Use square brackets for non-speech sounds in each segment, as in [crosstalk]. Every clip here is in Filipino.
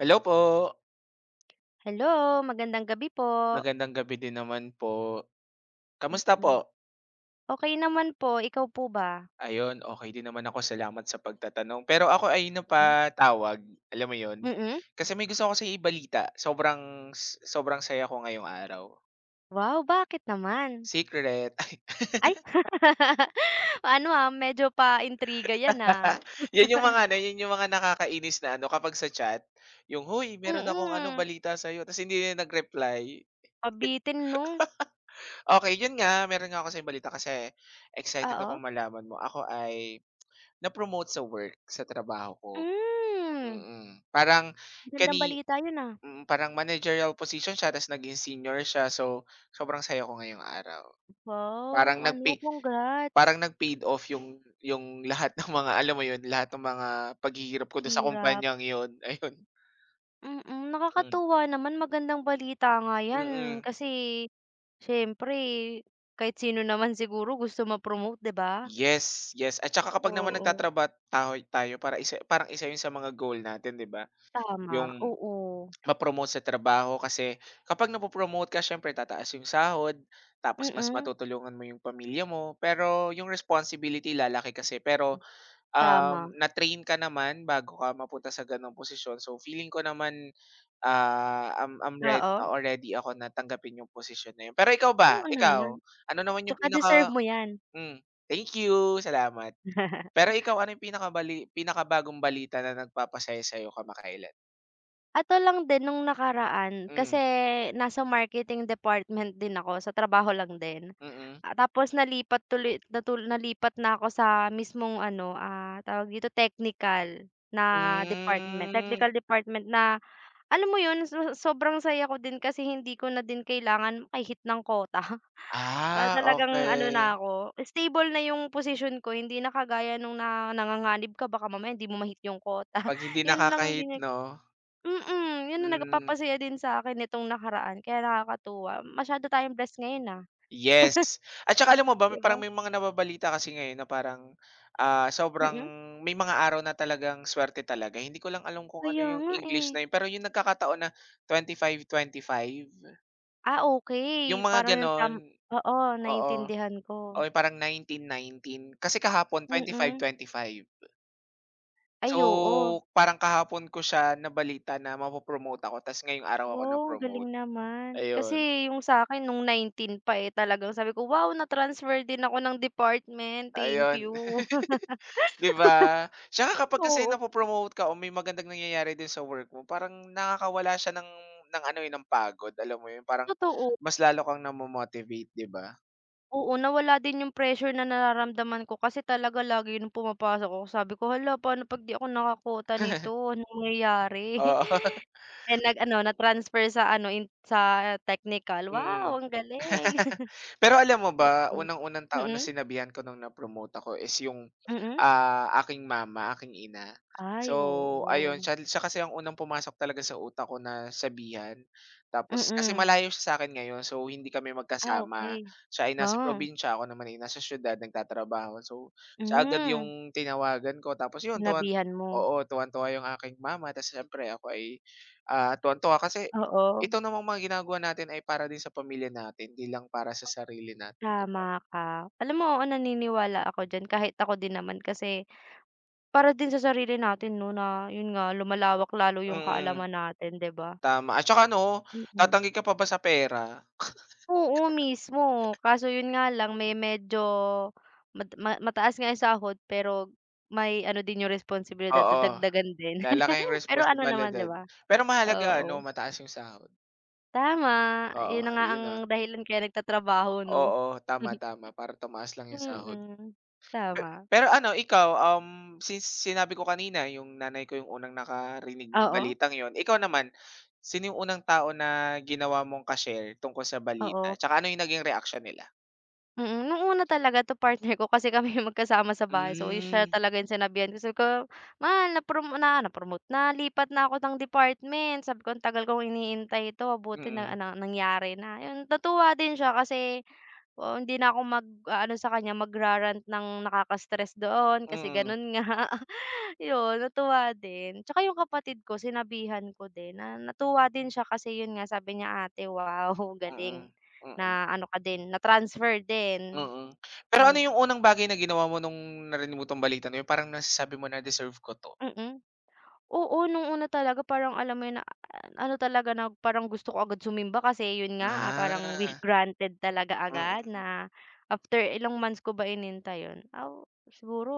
Hello po. Hello, magandang gabi po. Magandang gabi din naman po. Kamusta Mm. po? Okey naman po, ikaw po ba? Ayun, okay din naman ako, salamat sa pagtatanong. Pero ako ay Mm. napatawag, alam mo yon Mm. kasi may gusto ko sa ibalita. Sobrang saya ko ngayong araw. Wow, bakit naman? Secret. Ay, [laughs] ano, medyo pa-intriga 'yan, ah. [laughs] 'Yan 'yung mga ano, 'yun 'yung mga nakakainis na ano kapag sa chat, 'yung, "Hoy, meron akong ano Mm, balita sa iyo ta's hindi na nag-reply." Cavite 'no? Okay 'yun nga, meron nga ako sa balita kasi excited ako Oo. malaman mo. Ako ay na-promote sa work, sa trabaho ko. Hmm, Mm, parang magandang kani balita 'yun, ah. Parang managerial position siya ta's naging senior siya. So, sobrang saya ko ngayong araw. Parang Wow, nag ano, congrats. parang nag-paid off yung lahat ng mga alam mo yun, lahat ng mga paghihirap ko dun sa Hirap. kumpanyang yun, [laughs] ayun. Mm, Mm. nakakatuwa naman, magandang balita nga 'yan, Mm. kasi siyempre kahit sino naman siguro gusto ma-promote, 'di ba? Yes, yes. At saka kapag naman Oo, tayo tayo para parang isa yun sa mga goal natin, 'di ba? tama, Yung oo. Ma-promote sa trabaho kasi kapag ka siyempre tataas yung sahod, tapos mas Mm, matutulungan mo yung pamilya mo, pero yung responsibility lalaki kasi. Pero, tama, na-train ka naman bago ka mapunta sa gano'ng posisyon so feeling ko naman, ah, I'm I'm red oo. oo ready already ako na tanggapin yung posisyon na yun. Pero ikaw ba, Oo naman, ikaw, ano naman yung 'tsaka deserve mo 'yan. hmm, thank you, salamat. [laughs] Pero ikaw, ano yung pinakabagong balita na nagpapasaya sa'yo kamakailan? Ato lang din nung nakaraan Hmm, kasi nasa marketing department din ako, sa trabaho lang din. mm. Tapos nalipat tuloy natul, nalipat na ako sa mismong ano, tawag dito, technical na department, Hmm, technical department na. Alam mo yun, so sobrang saya ko din kasi hindi ko na din kailangan makahit ng kota. [laughs] Para ah, talagang ano na okey. ako, stable na yung position ko, hindi na kagaya nung na nanganganib ka baka mamaya hindi mo mahit yung kota. 'Pag hindi [laughs] Yun lang nakaka-hit din 'no? yung yun ang Hmm, nagpapasaya din sa akin nitong nakaraan kaya nakakatuwa. Masyado tayong blessed ngayon, ah, yes. At saka alam mo ba, 'di ba? parang may mga nababalita kasi ngayon na parang, ah, sobrang Mm. may mga araw na talagang swerte talaga. Hindi ko lang alam kung ano Kaya yung nga, eh. English na yun, pero yung nagkakataon na twenty five twenty five, Ah, yung okay. mga Parang yung gano'n, tam, oo, oo. naintindihan Oo, ko. yung parang nineteen nineteen. Kasi kahapon twenty five Mm. twenty five. So, Ay, oo. parang kahapon ko siya nabalita na mapo ako ta's ngayong araw ako Oh, ang galing na-promote, naman. ayun. Kasi yung sa akin nung 19 pa, eh, talagang sabi ko, "Wow, na-transfer din ako ng department, thank Ayun, [laughs] you." [laughs] 'di ba? Tsaka kapag kasi Oo, ka o may magandang nangyayari din sa work mo parang nakakawala siya ng ano, eh, ng pagod, alam mo yun? Parang totoo. mas lalo kang namomotivate 'di ba? Oo, nawala din yung pressure na nararamdaman ko kasi talaga lagi nung pumapasok ako sabi ko, "Hala, paano 'pag 'di ako nakakota [laughs] nito, anong mangyayari?" Oo, [laughs] [laughs] Eh, nag-ano, na-transfer sa ano, in sa technical. Wow, ang mm. galing. [laughs] Pero alam mo ba, Oo. unang-unang taon na Mm, sinabihan ko nung na-promote ako is yung, mm. ah, aking mama, aking ina. Ay, So, ayun, oo. siya siya kasi ang unang pumasok talaga sa utak ko na sabihan. Tapos kasi Mm. malayo siya sa akin ngayon so hindi kami Ah, magkasama. okey. Siya ay nasa Oh. probinsya, ako naman ay nasa siyudad nagtatrabaho. So, siya agad Hmm, yung tinawagan ko tapos yun sinabihan mo. oo, tuwan tuwa yung aking mama ta's siyempre ako ay, ah, tuwan tuwa kasi Oo. ito namang mga ginagawa natin ay para din sa pamilya natin, 'di lang para sa sarili natin, 'di ba? Tama ka. Alam mo, oo, naniniwala ako diyan, kahit ako din naman kasi para din sa sarili natin 'no, na yun nga lumalawak lalo yung Mm, kaalaman natin, 'di ba? tama at saka ano, Mm. tatanggi ka pa ba sa pera? Oo, mismo. Kaso yun nga lang, may medyo mad ma mataas nga yung sahod pero may ano din yung responsibilidad, Oo, dadagdagan din. lalaki ang [laughs] Pero ano naman, 'di responsibilidad. ba? Pero mahalaga ano, Oo, mataas yung sahod. tama. Yun Oo, na nga yun ang na. dahilan kaya nagtatrabaho 'no? Oo, tama, [laughs] tama para tumaas lang yung sahod. Mm, Pe tama. pero ano ikaw, since sinabi ko kanina yung nanay ko yung unang nakarinig ng Oo, balitang yon, ikaw naman, sino yung unang tao na ginawa mong ka-share tungkol sa oo. balita? Tsaka ano yung naging reaction nila? Mm, nung una talaga 'to partner ko kasi kami [laughs] magkasama sa bahay, so siya Hmm, talaga yung sinabihan ko, sabi ko, "Mahal, naprom na na-promote na, lipat na ako ng department." Sabi ko, "Ang tagal kong iniintay 'to, mabuti mm, na na nangyari na." Yun, natuwa din siya kasi oo, hindi na ako mag-aano sa kanya, magra-rant ng nakaka-stress doon kasi mm, gano'n nga. [laughs] 'Yun, natuwa din. Tsaka yung kapatid ko, sinabihan ko din, na natuwa din siya kasi 'yun nga sabi niya, "Ate, wow, [laughs] galing mm, mm, na ano ka din, na-transfer din." mm. Pero ano Mm, yung unang bagay na ginawa mo nung narinig mo tong balita na yun, parang nasasabi mo na, "Deserve ko 'to"? mm. Oo, nung una talaga parang alam mo yun na ano talaga na parang gusto ko agad sumimba kasi yun nga, parang wish Ah, granted talaga mm, agad na after ilang months ko ba inintay yun, aw siguro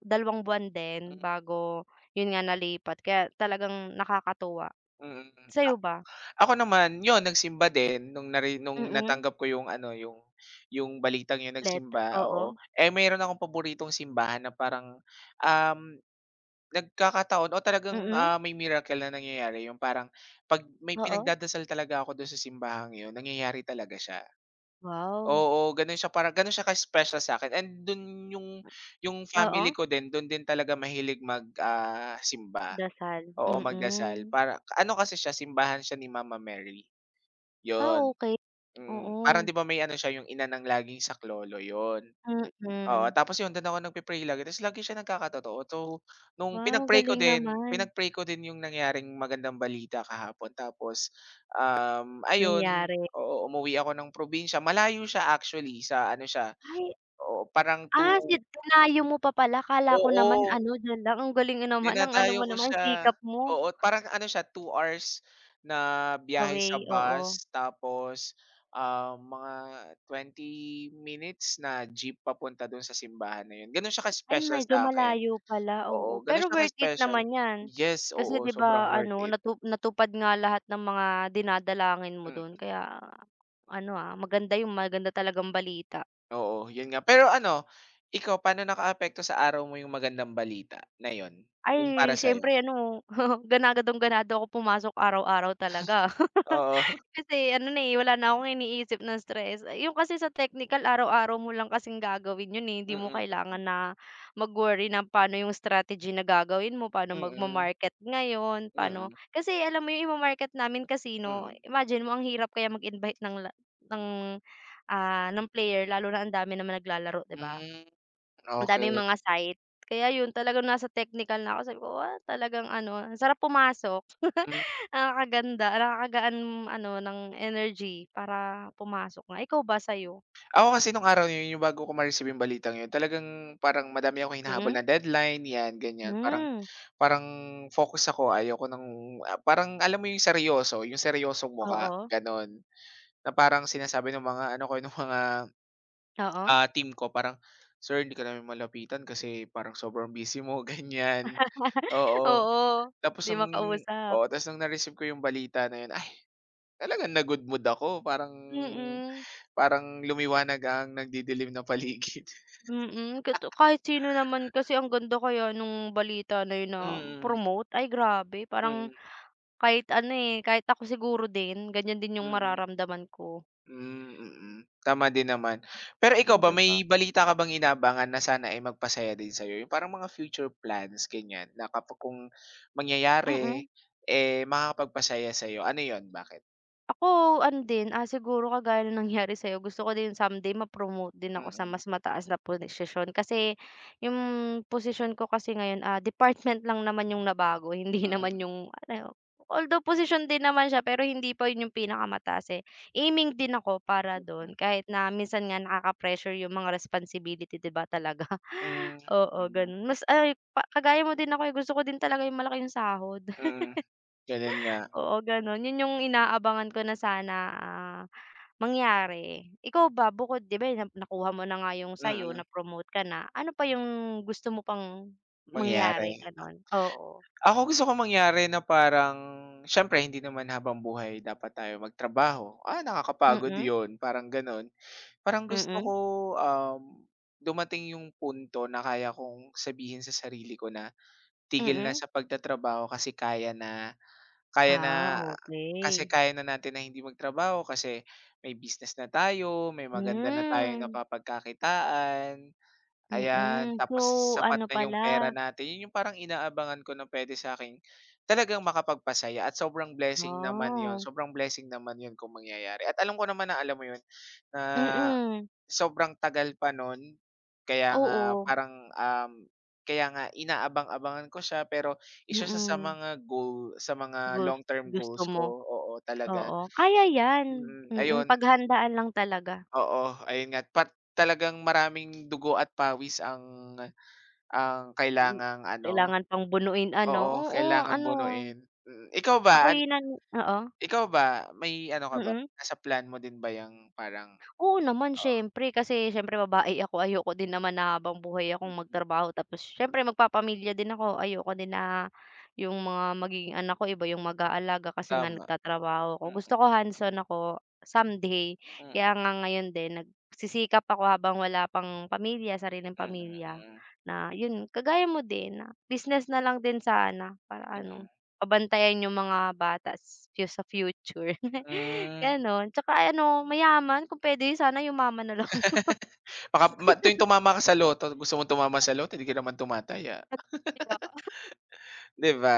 2 buwan din mm. bago yun nga nalipat, kaya talagang nakakatuwa. Mm. Sa'yo ba? Ako naman yun, nagsimba din nung Mm, natanggap ko yung ano, yung balitang yun, let nagsimba, oo, oo. Eh, meron akong paboritong simbahan na parang, um nagkakataon o talagang, mm, ah, may miracle na nangyayari, yung parang 'pag may oo, pinagdadasal talaga ako dun sa simbahang yun nangyayari talaga siya. wow. Oo, ganun Sa siya, parang ganun siya ka-special sa akin, and dun yung yung oo, family ko din dun din talaga mahilig mag, ah, simba, dasal, oo, magdasal mm. para ano kasi siya simbahan siya ni Mama Mary, Ah, yon. okey, Mm, parang oo, 'di ba may ano siya yung ina ng laging saklolo, yon. Oo, mm. tapos yun dun ako nagpe-pray lagi ta's lagi siya nagkakatotoo. So, nung Wow, galing naman. pinag-pray ko din yung nangyaring magandang balita kahapon tapos, ayun, Nangyari. oo, umuwi ako ng probinsya. Malayo siya actually sa ano siya, Ay, oo, parang 2 si dinayo mo pa pala, akala ko naman oo, ano diyan lang, ang galing naman, ang ano dinadayo mo ko naman, siya. sikap mo. Oo, parang ano siya two hours na biyahe sa Away, oo. bus tapos, ah, mga twenty minutes na jeep papunta dun sa simbahan na yun. Ganun siya Ay ka-special medyo sa'kin. malayo pala, oo. Oo, gano'n Pero siya ka worth it special. naman 'yan. Yes, Kasi oo, 'di ba sobrang worth ano it. natu natupad nga lahat ng mga dinadalangin mo Hmm, don, kaya ano, maganda yung, maganda talagang balita. oo, 'yun nga. Pero ano, ikaw, paano nakaapekto sa araw mo yung magandang balita na 'yun, yung Ay para sa'yo? siyempre ano, [laughs] ganagadong-ganado ako pumasok araw-araw talaga. [laughs] Oo, [laughs] Kasi ano na, eh, wala na akong iniisip na stress. Yung kasi sa technical araw-araw mo lang kasing gagawin yun, eh, hindi mo mm, mm. kailangan na mag-worry na paano yung strategy na gagawin mo, paano Mm, magma-market ngayon, mm, mm, mm. paano Okay. kasi alam mo yung ima-market namin casino, Mm. imagine mo ang hirap kaya mag-invite ng la ng, ng player lalo na ang dami naman naglalaro, 'di ba? Hmm, Ang daming okey. mga site. Kaya yun, talagang nasa technical na ako sabi ko, ah, talagang ano, ang sarap pumasok. Hmm. Nakakaganda, nakakagaan ano ng energy para pumasok nga. Ikaw ba sa'yo? Ako kasi nung araw na 'yun, yung bago ko ma-receive yung balitang 'yun, talagang parang madami ako hinahabol Mm. na deadline, 'yan, ganiyan. Parang Hmm, parang focus ako, ayoko ng, ah, parang alam mo yung seryoso, yung seryosong mukha, oo, gano'n. Na parang sinasabi ng mga ano ko, [laughs] nung mga, oo. ah, team ko parang, "Sir, hindi ka namin malapitan kasi parang sobrang busy mo," [laughs] ganyan. [laughs] Oo, Oo, tapos 'di ang makausap. oo, tapos nung na-receive ko yung balita na yun, ay talagang na good mood ako, parang Mm, parang lumiwanag ang nagdidilim na paligid. [laughs] mm, toto, kahit sino naman kasi ang ganda kaya nung balita na yun, Mm, na-promote. Ay grabe, parang mm, kahit ano, eh, kahit ako siguro din, ganyan din yung mm. mararamdaman ko, Hmm, mm. Tama din naman. Pero ikaw hmm, ba, 'di ba? may Mm. Diba? balita ka bang inaabangan na sana ay magpasaya din sa'yo? Yung parang mga future plans, ganyan, na kapag kung mangyayari, Mm-mm. eh, makakapagpasaya sa'yo. Ano yon? Bakit? Ako ano din, siguro kagaya ng nangyari sa'yo, gusto ko din someday ma-promote din ako sa Mm, mas mataas na posisyon kasi yung posisyon ko kasi ngayon, department lang naman yung nabago [laughs] hindi naman mm, yung ano, although position din naman siya pero hindi pa yun yung pinakamataas, eh. Aiming din ako para dun, kahit na minsan nga nakaka-pressure yung mga responsibility, 'di ba talaga? [laughs] mm, Oo, mm, ganun, mas ay pa kagaya mo din ako, eh, gusto ko din talaga yung malaking sahod. [laughs] mm, gano'n nga, Oo, ganun, yun yung inaabangan ko na sana, ah mangyari. Ikaw ba bukod 'di ba na nakuha mo na nga yung sa'yo, mm, na-promote ka na, ano pa yung gusto mo pang mangyari. mangyari gano'n? Oo. Ako gusto ko mangyari na parang siyempre hindi naman habang buhay dapat tayo magtrabaho. Ah, nakakapagod Mm, yon? Parang gano'n. Parang gusto ko, mm, um, dumating yung punto na kaya kong sabihin sa sarili ko na, "Tigil na mm. sa pagtatrabaho kasi kaya na Ah, kasi okay. kaya na natin na hindi magtrabaho kasi may business na tayo, may Hmm, maganda na tayong mm. napapagkakitaan." Ayan, Mm-mm. So, tapos ano sapat na yung pera pala, natin. Yun yung parang inaabangan ko na puwede sa'kin talagang makapagpasaya at oh, sobrang blessing naman yon kung mangyayari at alam ko naman na alam mo yun, na mm, sobrang tagal pa nun, kaya nga oo, parang, kaya nga inaabang-abangan ko siya pero isa siya sa mm. mga goal, sa mga Gus long term gusto goals ko, mo, oo talaga. oo. Kaya 'yan, Mm, mm, ayun, paghandaan lang talaga. oo, ayun nga talagang maraming dugo at pawis ang Hmm, kailangang ano kailangan pang bunuin ano, oo, oo, kailangang ano. bunuin. Mm, Ako yun ang oo, ikaw ba may ano ka ba, mm. nasa plan mo din ba yung parang Oo naman oo, siyempre, kasi siyempre babae ako, ayoko din naman na habang buhay akong mm, magtrabaho tapos siyempre magpapamilya din ako, ayoko din na yung mga magiging anak ko iba yung mag-aalaga kasi nga tama, nagtatrabaho ako. Gusto mm, ko hands-on ako someday, mm, kaya nga ngayon din nagsisikap ako habang wala pang pamilya, sariling mm, mm, pamilya mm. na yun, kagaya mo din, na business na lang din sana para Mm. ano, mabantayan yung mga bata s fu sa future. [laughs] Hmm. Gano'n, tsaka ano, mayaman, kung puwede sana yumaman na lang. [laughs] Baka ma tuwing tumama ka sa loto, gusto mong tumama sa lotto, hindi ka naman tumataya, [laughs] Kaya 'di ba?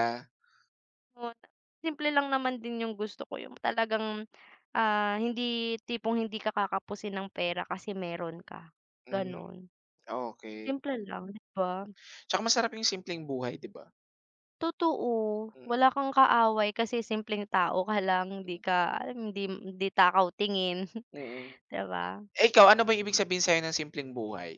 ayun, simple lang naman din yung gusto ko, yung talagang, ah, hindi tipong hindi ka kakapusin ng pera kasi meron ka, Hmm, gano'n. okay. Simple lang, 'di ba? Tsaka masarap yung simpleng buhay, 'di ba? Totoo, Mm, wala kang kaaway kasi simpleng tao ka lang, di ka mm. alam, hindi hindi takaw tingin, [laughs] Mm. 'di ba? Eh, ikaw, ano ba yung ibig sabihin sa'yo ng simpleng buhay?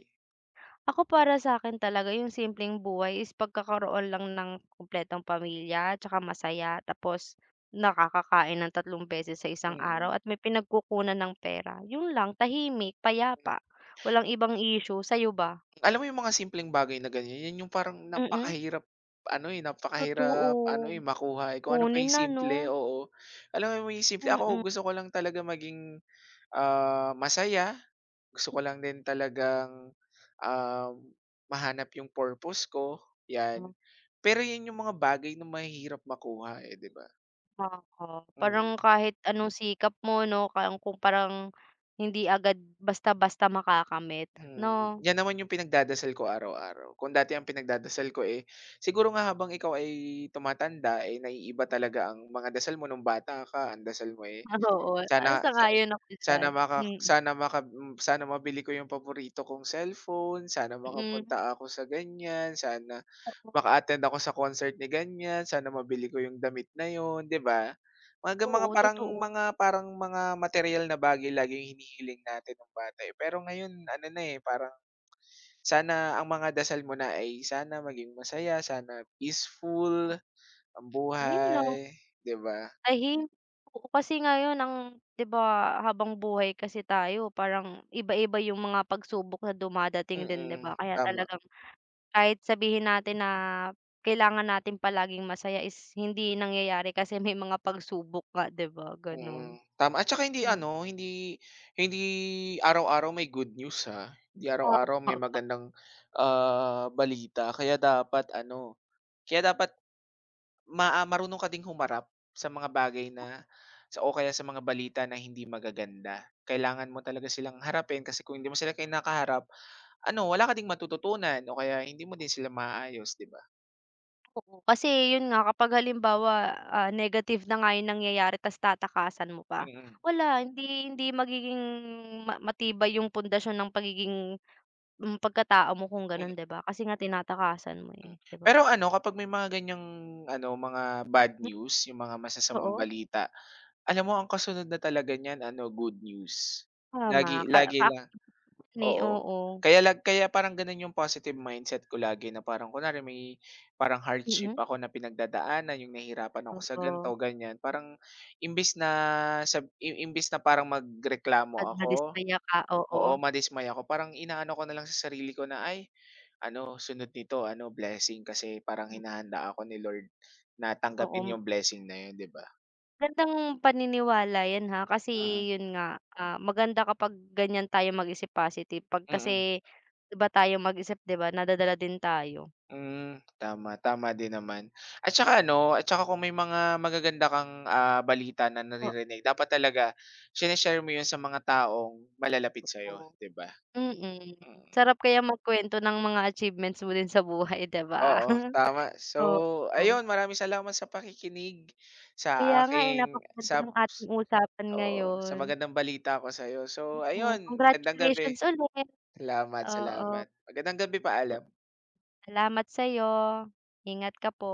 Ako para sa akin talaga yung simpleng buhay is pagkakaroon lang ng kumpletong pamilya, tsaka masaya, tapos nakakakain ng 3 beses sa isang araw Mm. at may pinagkukunan ng pera, yun lang, tahimik, Mm. payapa, walang ibang issue, sa'yo ba? Alam mo yung mga simpleng bagay na ganyan, yan yung parang Mm, totoo, napakahirap ano, eh, makuha, eh, kung ano pa kunin yung na 'no? simple, oo. Alam mo yung simple, ako Mm, gusto ko lang talaga maging, ah, masaya. Gusto ko lang din talagang, um, mahanap yung purpose ko, 'yan. Pero 'yun yung mga bagay na mahirap makuha, eh, 'di ba? oo, parang Mm, kahit anong sikap mo 'no, parang kung parang hindi agad basta-basta makakamit mm. 'no? 'Yan naman yung pinagdadasal ko araw-araw. Kung dati ang pinagdadasal ko, eh, siguro nga habang ikaw ay tumatanda, eh, naiiba talaga ang mga dasal mo nung bata ka, ang dasal mo, eh, [laughs] Oo, Sana sa ayon ako diyan, mm. sana maka hmm, sana mabili ko yung paborito kong cellphone, sana Mm, makapunta ako sa ganyan, sana oo, maka-attend ako sa concert ni ganyan, sana mabili ko yung damit na yun, 'di ba? Oo, totoo. Mga materyal na bagay lagi yung hinihiling natin nung bata, eh. Pero ngayon ano na, eh, parang sana ang mga dasal mo na ay sana maging masaya, sana peaceful ang Yun lang, buhay, 'di ba? tahim, oo, kasi ngayon ang 'di ba, habang buhay kasi tayo parang iba-iba yung mga pagsubok na dumadating din, 'di Mm, ba? Kaya tama. talagang kahit sabihin natin na kailangan natin palaging masaya is hindi nangyayari kasi may mga pagsubok nga, 'di ba, Mm, gano'n. tama at saka hindi Hmm, ano, hindi hindi araw-araw may good news, ha. Hindi tama araw-araw may ka. magandang, ah, balita, kaya dapat ano, kaya dapat marunong ka ding humarap sa mga bagay na o kaya sa mga balita na hindi magaganda. Kailangan mo talaga silang harapin kasi kung hindi mo sila kinakaharap, ano, wala ka ding matututunan o kaya hindi mo din sila maayos, 'di ba? Oo, kasi yun nga kapag halimbawa, negative na nga yung nangyayari tas tatakasan mo pa, Mm. wala, hindi hindi magiging ma matibay yung pundasyon ng pagiging, hmm, pagkatao mo kung Mm. ganun, 'di ba? Kasi nga tinatakasan mo, Hmm. eh, 'di ba? Pero ano, kapag may mga ganyang ano, mga bad Hmm, news, yung mga masasamang oo, balita, alam mo ang kasunod na talaga niyan ano, good news. tama Lagi ka lagi ka lang ni oo. oo, Kaya parang gano'n yung positive mindset ko lagi na parang kunwari may parang hardship mm, ako na pinagdadaanan, yung nahihirapan ako sa ganito, oo, ganiyan. Parang imbis na sab i imbes na parang magreklamo at ako, madismaya ka, oo. oo, madismay ako, parang inaano ko na lang sa sarili ko na, "Ay ano, sunod nito ano, blessing kasi parang Mm, hinahanda ako ni Lord na oo, tanggapin yung blessing na yun, 'di ba?" magandang paniniwala 'yan, ha, kasi Mm, 'yun nga, maganda kapag ganiyan tayo mag-isip positive 'pag mm, kasi iba tayo mag-isip, 'di ba, nadadala din tayo. hmm, tama, tama din naman. At saka ano, at saka kung may mga magaganda kang, ah, balita na naririnig, dapat talaga shine-share mo yun sa mga taong malalapit sa'yo, Oo. 'di ba? Mm, Mm, sarap kaya magkuwento ng mga achievements mo din sa buhay, 'di ba? oo, [laughs] tama. So, Oo. ayun, maraming salamat sa pakikinig sa Kaya nga, eh, aking napakaganda sab ng ating usapan oo, sa ngayon. magandang balita ko sa'yo. So Mm, ayun, magandang gabi. congratulations ulit, Salamat, oo. salamat. Magandang gabi, paalam. Salamat sa'yo, ingat ka po.